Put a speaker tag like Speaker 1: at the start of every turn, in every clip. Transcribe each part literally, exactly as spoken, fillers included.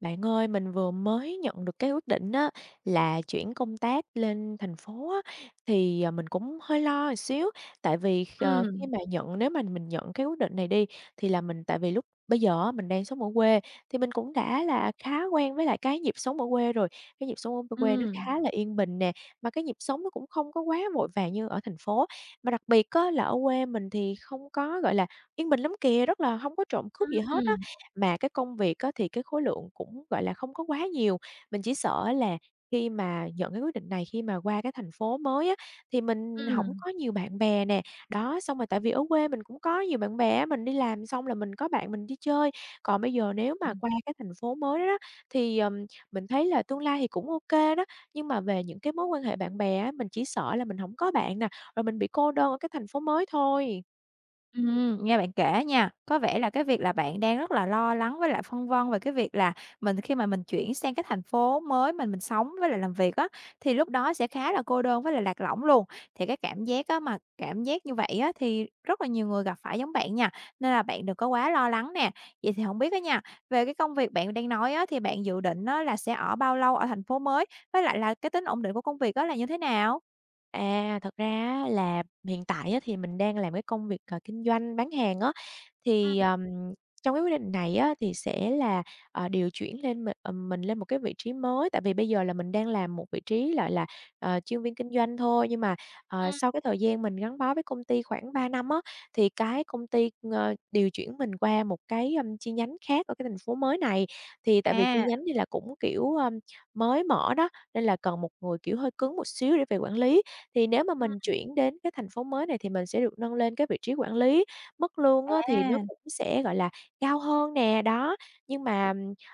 Speaker 1: Bạn ơi, mình vừa mới nhận được cái quyết định á, là chuyển công tác lên thành phố á, thì, à, mình cũng hơi lo một xíu, tại vì ờ, khi
Speaker 2: Ừm,
Speaker 1: mà nhận nếu mà mình nhận cái quyết định này đi, thì là mình tại vì lúc bây giờ á, mình đang sống ở quê, thì mình cũng đã là khá quen với lại cái nhịp sống ở quê rồi. Cái nhịp sống ở quê nó
Speaker 2: ừm,
Speaker 1: khá là yên bình nè, mà cái nhịp sống nó cũng không có quá vội vàng như ở thành phố. Mà đặc biệt á, là ở quê mình thì không có, gọi là, yên bình lắm kìa, rất là không có trộm cướp gì
Speaker 2: ừm,
Speaker 1: hết á.
Speaker 2: ừm,
Speaker 1: Mà cái công việc á, thì cái khối lượng cũng, gọi là, không có quá nhiều, mình chỉ sợ là khi mà nhận cái quyết định này, khi mà qua cái thành phố mới á, thì mình hổng
Speaker 2: ừm,
Speaker 1: có nhiều bạn bè nè. Đó, xong rồi tại vì ở quê mình cũng có nhiều bạn bè á, mình đi làm xong là mình có bạn mình đi chơi. Còn bây giờ nếu mà qua cái thành phố mới đó đó, thì, ừm, mình thấy là tương lai thì cũng ô kê đó, nhưng mà về những cái mối quan hệ bạn bè á, mình chỉ sợ là mình hổng có bạn nè, rồi mình bị cô đơn ở cái thành phố mới thôi.
Speaker 2: ừm, nghe bạn kể nha, có vẻ là cái việc là bạn đang rất là lo lắng với lại phân vân về cái việc là mình khi mà mình chuyển sang cái thành phố mới mình mình sống với lại làm việc á, thì lúc đó sẽ khá là cô đơn với lại lạc lõng luôn. Thì cái cảm giác á mà cảm giác như vậy á, thì rất là nhiều người gặp phải giống bạn nha, nên là bạn đừng có quá lo lắng nè. Vậy thì không biết á nha, về cái công việc bạn đang nói á, thì bạn dự định á là sẽ ở bao lâu ở thành phố mới? Với lại là cái tính ổn định của công việc á là như thế nào?
Speaker 1: À, thật ra á là hiện tại á thì mình đang làm cái công việc, ờ, kinh doanh bán hàng á, thì, ờm, trong cái quyết định này á thì sẽ là, ờ, điều chuyển lên mình ừm, mình lên một cái vị trí mới. Tại vì bây giờ là mình đang làm một vị trí, gọi là, ờ, chuyên viên kinh doanh thôi, nhưng mà, ờ,
Speaker 2: Ừm.
Speaker 1: sau cái thời gian mình gắn bó với công ty khoảng ba năm á, thì cái công ty, ờ, điều chuyển mình qua một cái, ưm, chi nhánh khác ở cái thành phố mới này. Thì tại vì chi
Speaker 2: À,
Speaker 1: nhánh này là cũng, kiểu, ưm, mới mở đó, nên là cần một người, kiểu, hơi cứng một xíu để về quản lý. Thì nếu mà mình chuyển đến cái thành phố mới này thì mình sẽ được nâng lên cái vị trí quản lý, mức lương á thì nó
Speaker 2: à.
Speaker 1: cũng sẽ, gọi là, cao hơn nè, đó. Nhưng
Speaker 2: Ừm,
Speaker 1: mà,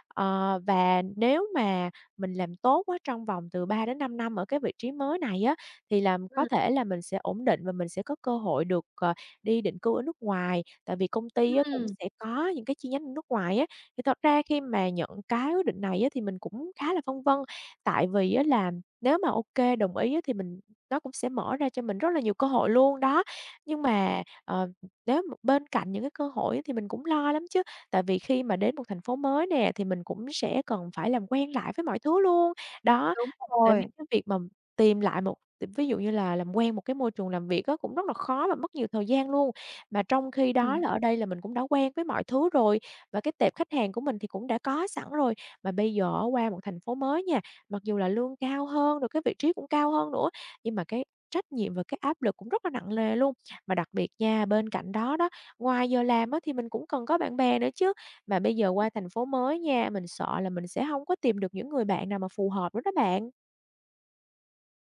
Speaker 1: ờ, và nếu mà mình làm tốt quá trong vòng từ 3-5 năm ở cái vị trí mới này á, thì làm có
Speaker 2: ừm,
Speaker 1: thể là mình sẽ ổn định và mình sẽ có cơ hội được, ờ, đi định cư ở nước ngoài. Tại vì công ty á cũng
Speaker 2: ừm,
Speaker 1: sẽ có những cái chi nhánh ở nước ngoài á. Thì thật ra khi mà nhận cái quyết định này á thì mình cũng khá là phân vân, tại vì á là nếu mà ok đồng ý á thì mình nó cũng sẽ mở ra cho mình rất là nhiều cơ hội luôn đó. Nhưng mà, ờ, nếu mà bên cạnh những cái cơ hội á thì mình cũng lo lắm chứ, tại vì khi mà đến một thành phố mới nè, thì mình cũng sẽ cần phải làm quen lại với mọi thứ luôn. Đó,
Speaker 2: Đúng
Speaker 1: tại vì
Speaker 2: rồi.
Speaker 1: cái việc mà tìm lại một ví dụ như là làm quen một cái môi trường làm việc á, cũng rất là khó và mất nhiều thời gian luôn. Mà trong khi đó
Speaker 2: Ừm.
Speaker 1: là ở đây là mình cũng đã quen với mọi thứ rồi, và cái tệp khách hàng của mình thì cũng đã có sẵn rồi. Mà bây giờ qua một thành phố mới nha, mặc dù là lương cao hơn, rồi cái vị trí cũng cao hơn nữa nhưng mà cái trách nhiệm và cái áp lực cũng rất là nặng nề luôn. Mà đặc biệt nha, bên cạnh đó đó, ngoài giờ làm á thì mình cũng cần có bạn bè nữa chứ. Mà bây giờ qua thành phố mới nha, mình sợ là mình sẽ không có tìm được những người bạn nào mà phù hợp nữa đó bạn.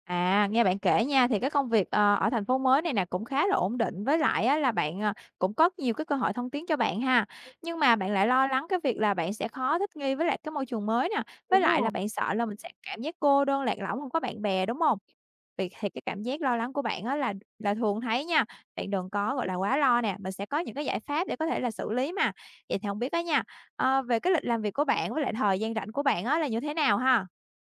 Speaker 2: À, nghe bạn kể nha, thì cái công việc, ờ, ở thành phố mới này nè cũng khá là ổn định, với lại á là bạn, ờ, cũng có nhiều cái cơ hội thăng tiến cho bạn ha. Nhưng mà bạn lại lo lắng cái việc là bạn sẽ khó thích nghi với lại cái môi trường mới nè, với
Speaker 1: Đúng
Speaker 2: lại
Speaker 1: rồi.
Speaker 2: là bạn sợ là mình sẽ cảm giác cô đơn, lạc lõng, không có bạn bè, đúng không? Vậy thì cái cảm giác lo lắng của bạn á là là thường thấy nha, bạn đừng có, gọi là, quá lo nè, mình sẽ có những cái giải pháp để có thể là xử lý mà. Vậy thì không biết á nha, ờ, về cái lịch làm việc của bạn với lại thời gian rảnh của bạn á là như thế nào ha?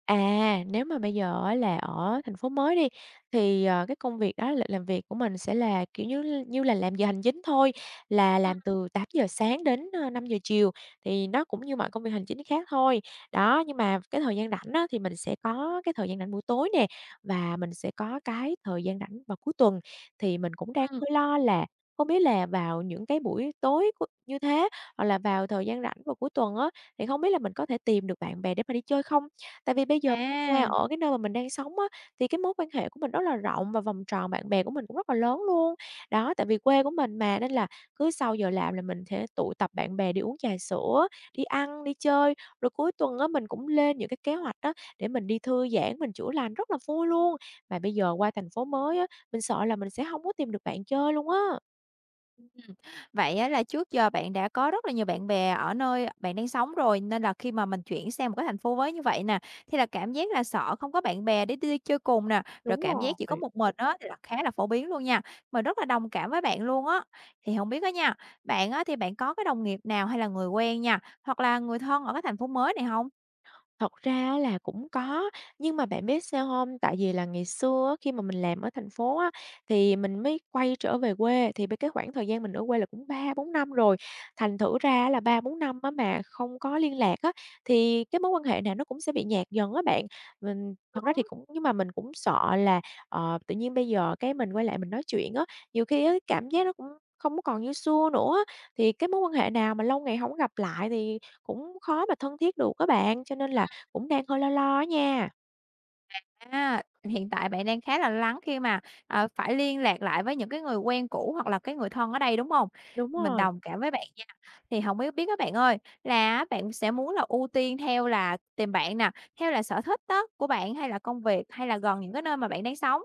Speaker 1: À, nếu mà bây giờ á là ở thành phố mới đi, thì, ờ, cái công việc đó là làm việc của mình sẽ là, kiểu như như là, làm giờ hành chính thôi, là
Speaker 2: Ừ.
Speaker 1: làm từ tám giờ sáng đến, ờ, năm giờ chiều, thì nó cũng như mọi công việc hành chính khác thôi. Đó, nhưng mà cái thời gian rảnh á, thì mình sẽ có cái thời gian rảnh buổi tối nè, và mình sẽ có cái thời gian rảnh vào cuối tuần. Thì mình cũng đang
Speaker 2: Ừ.
Speaker 1: hơi lo là không biết là vào những cái buổi tối của như thế, hoặc là vào thời gian rảnh vào cuối tuần á, thì không biết là mình có thể tìm được bạn bè để mà đi chơi không? Tại vì bây giờ nha,
Speaker 2: À.
Speaker 1: ở cái nơi mà mình đang sống á, thì cái mối quan hệ của mình rất là rộng và vòng tròn bạn bè của mình cũng rất là lớn luôn. Đó, tại vì quê của mình mà, nên là cứ sau giờ làm là mình thể tụ tập bạn bè đi uống trà sữa, đi ăn, đi chơi. Rồi cuối tuần á, mình cũng lên những cái kế hoạch đó để mình đi thư giãn, mình chữa lành rất là vui luôn. Mà bây giờ qua thành phố mới á, mình sợ là mình sẽ không có tìm được bạn chơi luôn á.
Speaker 2: Ừm, vậy á là trước giờ bạn đã có rất là nhiều bạn bè ở nơi bạn đang sống rồi, nên là khi mà mình chuyển sang một cái thành phố mới như vậy nè, thì là cảm giác là sợ không có bạn bè để đi chơi cùng nè, rồi
Speaker 1: Đúng
Speaker 2: cảm giác chỉ có
Speaker 1: rồi.
Speaker 2: một mình á thì là khá là phổ biến luôn nha. Mình rất là đồng cảm với bạn luôn á. Thì không biết á nha, bạn á thì bạn có cái đồng nghiệp nào hay là người quen nha, hoặc là người thân ở cái thành phố mới này không?
Speaker 1: Thật ra á là cũng có, nhưng mà bạn biết sao hông? Tại vì là ngày xưa á, khi mà mình làm ở thành phố á, thì mình mới quay trở về quê, thì b cái khoảng thời gian mình ở quê là cũng ba bốn năm rồi, thành thử ra á là ba bốn năm á mà không có liên lạc á, thì cái mối quan hệ này nó cũng sẽ bị nhạt dần á bạn. Mình thật ra thì cũng nhưng mà mình cũng sợ là, ờ, tự nhiên bây giờ cái mình quay lại mình nói chuyện á, nhiều khi á cảm giác nó cũng không có còn như xưa nữa á, thì cái mối quan hệ nào mà lâu ngày hổng gặp lại thì cũng khó mà thân thiết được á bạn. Cho nên là cũng đang hơi lo lo á nha.
Speaker 2: À, hiện tại bạn đang khá là lắng khi mà, ờ, phải liên lạc lại với những cái người quen cũ hoặc là cái người thân ở đây, đúng không?
Speaker 1: Đúng
Speaker 2: Mình
Speaker 1: rồi.
Speaker 2: đồng cảm với bạn nha. Thì không biết biết các bạn ơi, là bạn sẽ muốn là ưu tiên theo là tìm bạn nè, theo là sở thích đó của bạn hay là công việc, hay là gần những cái nơi mà bạn đang sống?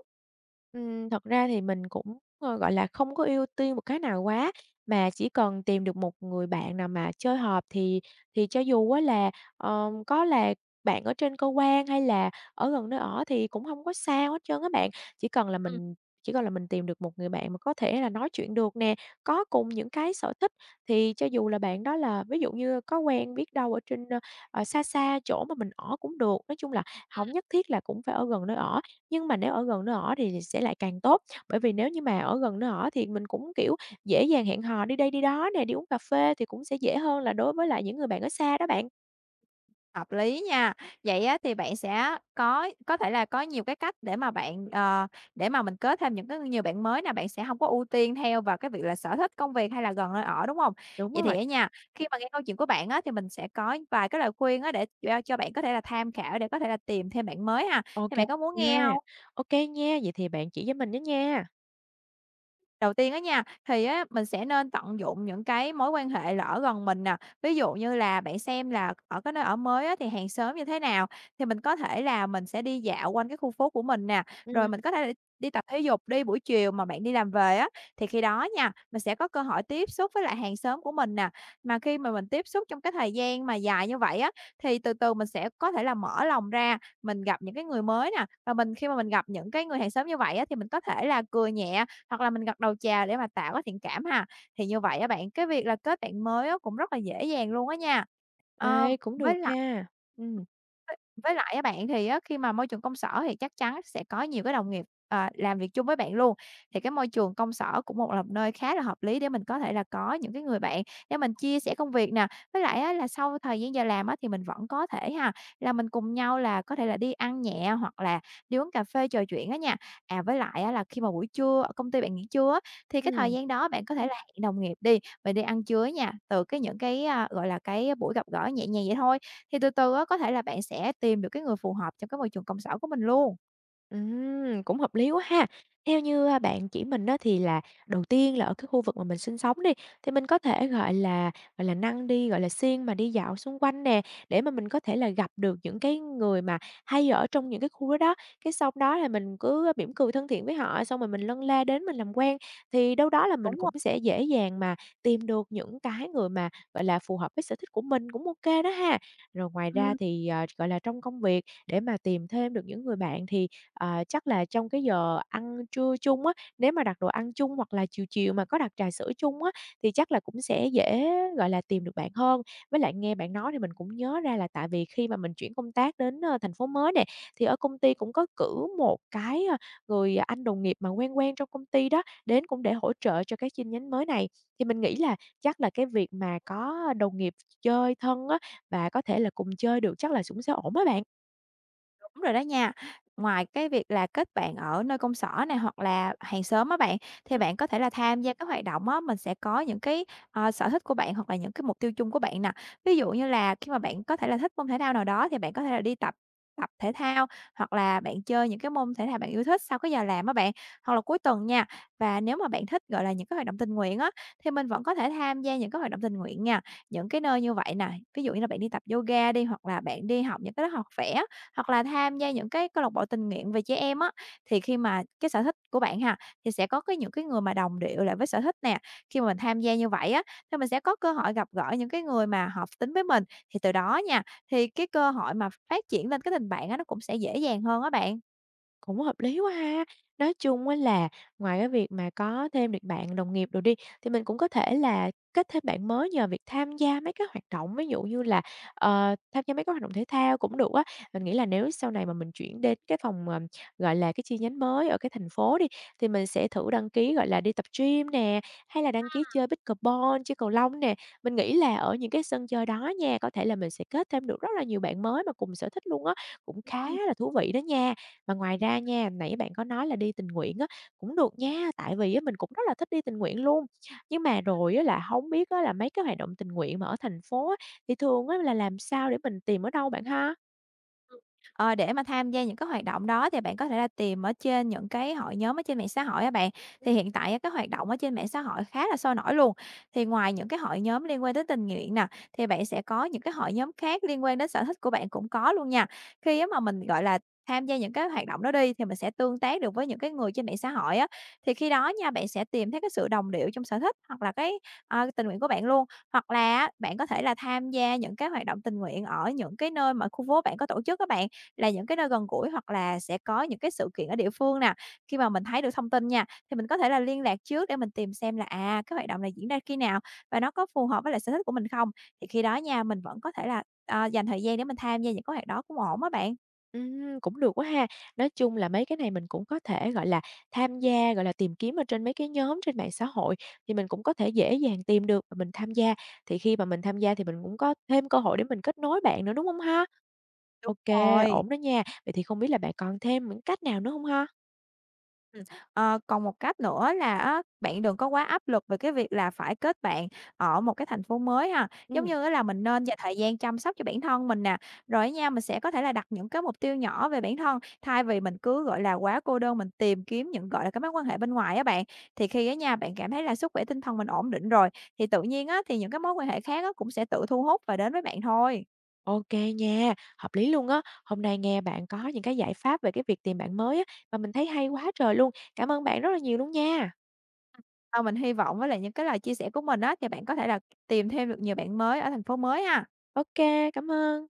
Speaker 1: Ừm, thật ra thì mình cũng, ơ, gọi là, không có ưu tiên một cái nào quá, mà chỉ cần tìm được một người bạn nào mà chơi hợp thì thì cho dù á là, ờ, có là bạn ở trên cơ quan hay là ở gần nơi ở thì cũng không có sao hết trơn á bạn. Chỉ cần là mình chỉ cần là mình tìm được một người bạn mà có thể là nói chuyện được nè, có cùng những cái sở thích, thì cho dù là bạn đó là ví dụ như có quen biết đâu ở trên, ờ, ờ, xa xa chỗ mà mình ở cũng được. Nói chung là không nhất thiết là cũng phải ở gần nơi ở. Nhưng mà nếu ở gần nơi ở thì sẽ lại càng tốt, bởi vì nếu như mà ở gần nơi ở thì mình cũng, kiểu, dễ dàng hẹn hò đi đây đi đó nè, đi uống cà phê thì cũng sẽ dễ hơn là đối với lại những người bạn ở xa đó bạn.
Speaker 2: Hợp lý nha. Vậy á thì bạn sẽ có có thể là có nhiều cái cách để mà bạn, ờ, để mà mình kết thêm những cái nhiều bạn mới nè, bạn sẽ không có ưu tiên theo vào cái việc là sở thích, công việc hay là gần nơi ở, đúng không?
Speaker 1: Đúng
Speaker 2: Vậy thì
Speaker 1: rồi,
Speaker 2: á nha, khi mà nghe câu chuyện của bạn á thì mình sẽ có vài cái lời khuyên á để cho cho bạn có thể là tham khảo để có thể là tìm thêm bạn mới ha,
Speaker 1: ok
Speaker 2: thì bạn có muốn
Speaker 1: nha,
Speaker 2: nghe không?
Speaker 1: ok nha, vậy thì bạn chỉ với mình đó nha.
Speaker 2: Đầu tiên á nha, thì á mình sẽ nên tận dụng những cái mối quan hệ là ở gần mình nè. Ví dụ như là bạn xem là ở cái nơi ở mới á thì hàng xóm như thế nào, thì mình có thể là mình sẽ đi dạo quanh cái khu phố của mình nè, rồi
Speaker 1: Ừm.
Speaker 2: mình có thể là đi tập thể dục đi buổi chiều mà bạn đi làm về á, thì khi đó nha, mình sẽ có cơ hội tiếp xúc với lại hàng xóm của mình nè. Mà khi mà mình tiếp xúc trong cái thời gian mà dài như vậy á, thì từ từ mình sẽ có thể là mở lòng ra, mình gặp những cái người mới nè, và mình khi mà mình gặp những cái người hàng xóm như vậy á, thì mình có thể là cười nhẹ hoặc là mình gật đầu chào để mà tạo cái thiện cảm ha. Thì như vậy á bạn, cái việc là kết bạn mới á cũng rất là dễ dàng luôn á nha. Ờ,
Speaker 1: Ê, cũng
Speaker 2: với
Speaker 1: được
Speaker 2: lại
Speaker 1: ha. Ừm.
Speaker 2: với với lại á bạn, thì á khi mà môi trường công sở thì chắc chắn sẽ có nhiều cái đồng nghiệp, ờ, làm việc chung với bạn luôn, thì cái môi trường công sở cũng một là một nơi khá là hợp lý để mình có thể là có những cái người bạn để mình chia sẻ công việc nè. Với lại á là sau thời gian giờ làm á thì mình vẫn có thể ha, là mình cùng nhau là có thể là đi ăn nhẹ hoặc là đi uống cà phê trò chuyện á nha. À, với lại á là khi mà buổi trưa ở công ty bạn nghỉ trưa á, thì cái thời
Speaker 1: Ừm.
Speaker 2: gian đó bạn có thể là hẹn đồng nghiệp đi, mình đi ăn trưa á nha, từ cái những cái, a, gọi là, cái buổi gặp gỡ nhẹ nhàng vậy thôi, thì từ từ á, có thể là bạn sẽ tìm được cái người phù hợp trong cái môi trường công sở của mình luôn.
Speaker 1: Ừm, cũng hợp lý quá ha. Theo như, a, bạn chỉ mình đó thì là đầu tiên là ở cái khu vực mà mình sinh sống đi, thì mình có thể, gọi là, gọi là, năng đi, gọi là, siêng mà đi dạo xung quanh nè, để mà mình có thể là gặp được những cái người mà hay ở trong những cái khu đó đó. Cái xong đó là mình cứ mỉm cười thân thiện với họ, xong rồi mình lân la đến mình làm quen, thì đâu đó là mình
Speaker 2: Đúng
Speaker 1: cũng
Speaker 2: rồi.
Speaker 1: sẽ dễ dàng mà tìm được những cái người mà, gọi là, phù hợp với sở thích của mình, cũng ok đó ha. Rồi ngoài ra
Speaker 2: Ừm.
Speaker 1: thì, ờ, gọi là, trong công việc để mà tìm thêm được những người bạn thì Ờ, chắc là trong cái giờ ăn trưa chung á, nếu mà đặt đồ ăn chung hoặc là chiều chiều mà có đặt trà sữa chung á, thì chắc là cũng sẽ dễ, gọi là, tìm được bạn hơn. Với lại nghe bạn nói thì mình cũng nhớ ra là tại vì khi mà mình chuyển công tác đến, ơ, thành phố mới nè, thì ở công ty cũng có cử một cái, ơ, người à, anh đồng nghiệp mà quen quen trong công ty đó, đến cũng để hỗ trợ cho cái chi nhánh mới này. Thì mình nghĩ là chắc là cái việc mà có đồng nghiệp chơi thân á, và có thể là cùng chơi được chắc là cũng sẽ ổn á bạn.
Speaker 2: Đúng rồi đó nha. Ngoài cái việc là kết bạn ở nơi công sở này hoặc là hàng xóm á bạn, thì bạn có thể là tham gia các hoạt động á, mình sẽ có những cái, ờ, sở thích của bạn hoặc là những cái mục tiêu chung của bạn nè. Ví dụ như là khi mà bạn có thể là thích môn thể thao nào đó thì bạn có thể là đi tập tập thể thao, hoặc là bạn chơi những cái môn thể thao bạn yêu thích sau cái giờ làm á bạn, hoặc là cuối tuần nha. Và nếu mà bạn thích, gọi là, những cái hoạt động tình nguyện á, thì mình vẫn có thể tham gia những cái hoạt động tình nguyện nha, những cái nơi như vậy nè. Ví dụ như là bạn đi tập yoga đi, hoặc là bạn đi học những cái lớp học vẽ. Hoặc là tham gia những cái câu lạc bộ tình nguyện về trẻ em á, thì khi mà cái sở thích của bạn ha, thì sẽ có cái những cái người mà đồng điệu lại với sở thích nè. Khi mà mình tham gia như vậy á, thì mình sẽ có cơ hội gặp gỡ những cái người mà hợp tính với mình, thì từ đó nha, thì cái cơ hội mà phát triển lên cái tình bạn á, nó cũng sẽ dễ dàng hơn á bạn.
Speaker 1: Cũng hợp lý quá ha. Nói chung á là ngoài cái việc mà có thêm được bạn đồng nghiệp rồi đi, thì mình cũng có thể là kết thêm bạn mới nhờ việc tham gia mấy cái hoạt động, ví dụ như là, ờ, tham gia mấy cái hoạt động thể thao cũng được á. Mình nghĩ là nếu sau này mà mình chuyển đến cái phòng, ờ, gọi là, cái chi nhánh mới ở cái thành phố đi, thì mình sẽ thử đăng ký, gọi là, đi tập gym nè, hay là đăng ký chơi pickleball, chơi cầu lông nè. Mình nghĩ là ở những cái sân chơi đó nha, có thể là mình sẽ kết thêm được rất là nhiều bạn mới mà cùng sở thích luôn á, cũng khá là thú vị đó nha. Mà ngoài ra nha, nãy bạn có nói là đi tình nguyện á, cũng được nha, tại vì á mình cũng rất là thích đi tình nguyện luôn. Nhưng mà rồi á là không biết á là mấy cái hoạt động tình nguyện mà ở thành phố á, thì thường á là làm sao để mình tìm ở đâu bạn ha?
Speaker 2: Ờ, để mà tham gia những cái hoạt động đó thì bạn có thể là tìm ở trên những cái hội nhóm ở trên mạng xã hội á bạn. Thì hiện tại á, cái hoạt động ở trên mạng xã hội khá là sôi nổi luôn. Thì ngoài những cái hội nhóm liên quan tới tình nguyện nè, thì bạn sẽ có những cái hội nhóm khác liên quan đến sở thích của bạn cũng có luôn nha. Khi á mà mình, gọi là, tham gia những cái hoạt động đó đi thì mình sẽ tương tác được với những cái người trên mạng xã hội á. Thì khi đó nha, bạn sẽ tìm thấy cái sự đồng điệu trong sở thích hoặc là cái, ờ, tình nguyện của bạn luôn. Hoặc là á, bạn có thể là tham gia những cái hoạt động tình nguyện ở những cái nơi mà khu phố bạn có tổ chức các bạn. Là những cái nơi gần gũi hoặc là sẽ có những cái sự kiện ở địa phương nè. Khi mà mình thấy được thông tin nha, thì mình có thể là liên lạc trước để mình tìm xem là, à, cái hoạt động này diễn ra khi nào và nó có phù hợp với lại sở thích của mình không? Thì khi đó nha, mình vẫn có thể là, ờ, dành thời gian để mình tham gia những cái hoạt đó cũng ổn á bạn.
Speaker 1: Ừm, cũng được quá ha. Nói chung là mấy cái này mình cũng có thể, gọi là, tham gia, gọi là, tìm kiếm ở trên mấy cái nhóm trên mạng xã hội, thì mình cũng có thể dễ dàng tìm được và mình tham gia. Thì khi mà mình tham gia thì mình cũng có thêm cơ hội để mình kết nối bạn nữa, đúng không ha?
Speaker 2: Đúng
Speaker 1: Ok,
Speaker 2: rồi.
Speaker 1: ổn đó nha. Vậy thì không biết là bạn còn thêm những cách nào nữa không ha?
Speaker 2: Ừm, ờ, còn một cách nữa là á, bạn đừng có quá áp lực về cái việc là phải kết bạn ở một cái thành phố mới ha. Giống
Speaker 1: Ừm.
Speaker 2: như á là mình nên dành thời gian chăm sóc cho bản thân mình nè, rồi á nha, mình sẽ có thể là đặt những cái mục tiêu nhỏ về bản thân, thay vì mình cứ, gọi là, quá cô đơn, mình tìm kiếm những, gọi là, cái mối quan hệ bên ngoài á bạn. Thì khi á nha, bạn cảm thấy là sức khỏe tinh thần mình ổn định rồi, thì tự nhiên á, thì những cái mối quan hệ khác á cũng sẽ tự thu hút và đến với bạn thôi.
Speaker 1: OK nha, hợp lý luôn á. Hôm nay nghe bạn có những cái giải pháp về cái việc tìm bạn mới á, mà mình thấy hay quá trời luôn. Cảm ơn bạn rất là nhiều luôn nha.
Speaker 2: Ờ, mình hy vọng với lại những cái lời chia sẻ của mình á, thì bạn có thể là tìm thêm được nhiều bạn mới ở thành phố mới ha.
Speaker 1: OK, cảm ơn.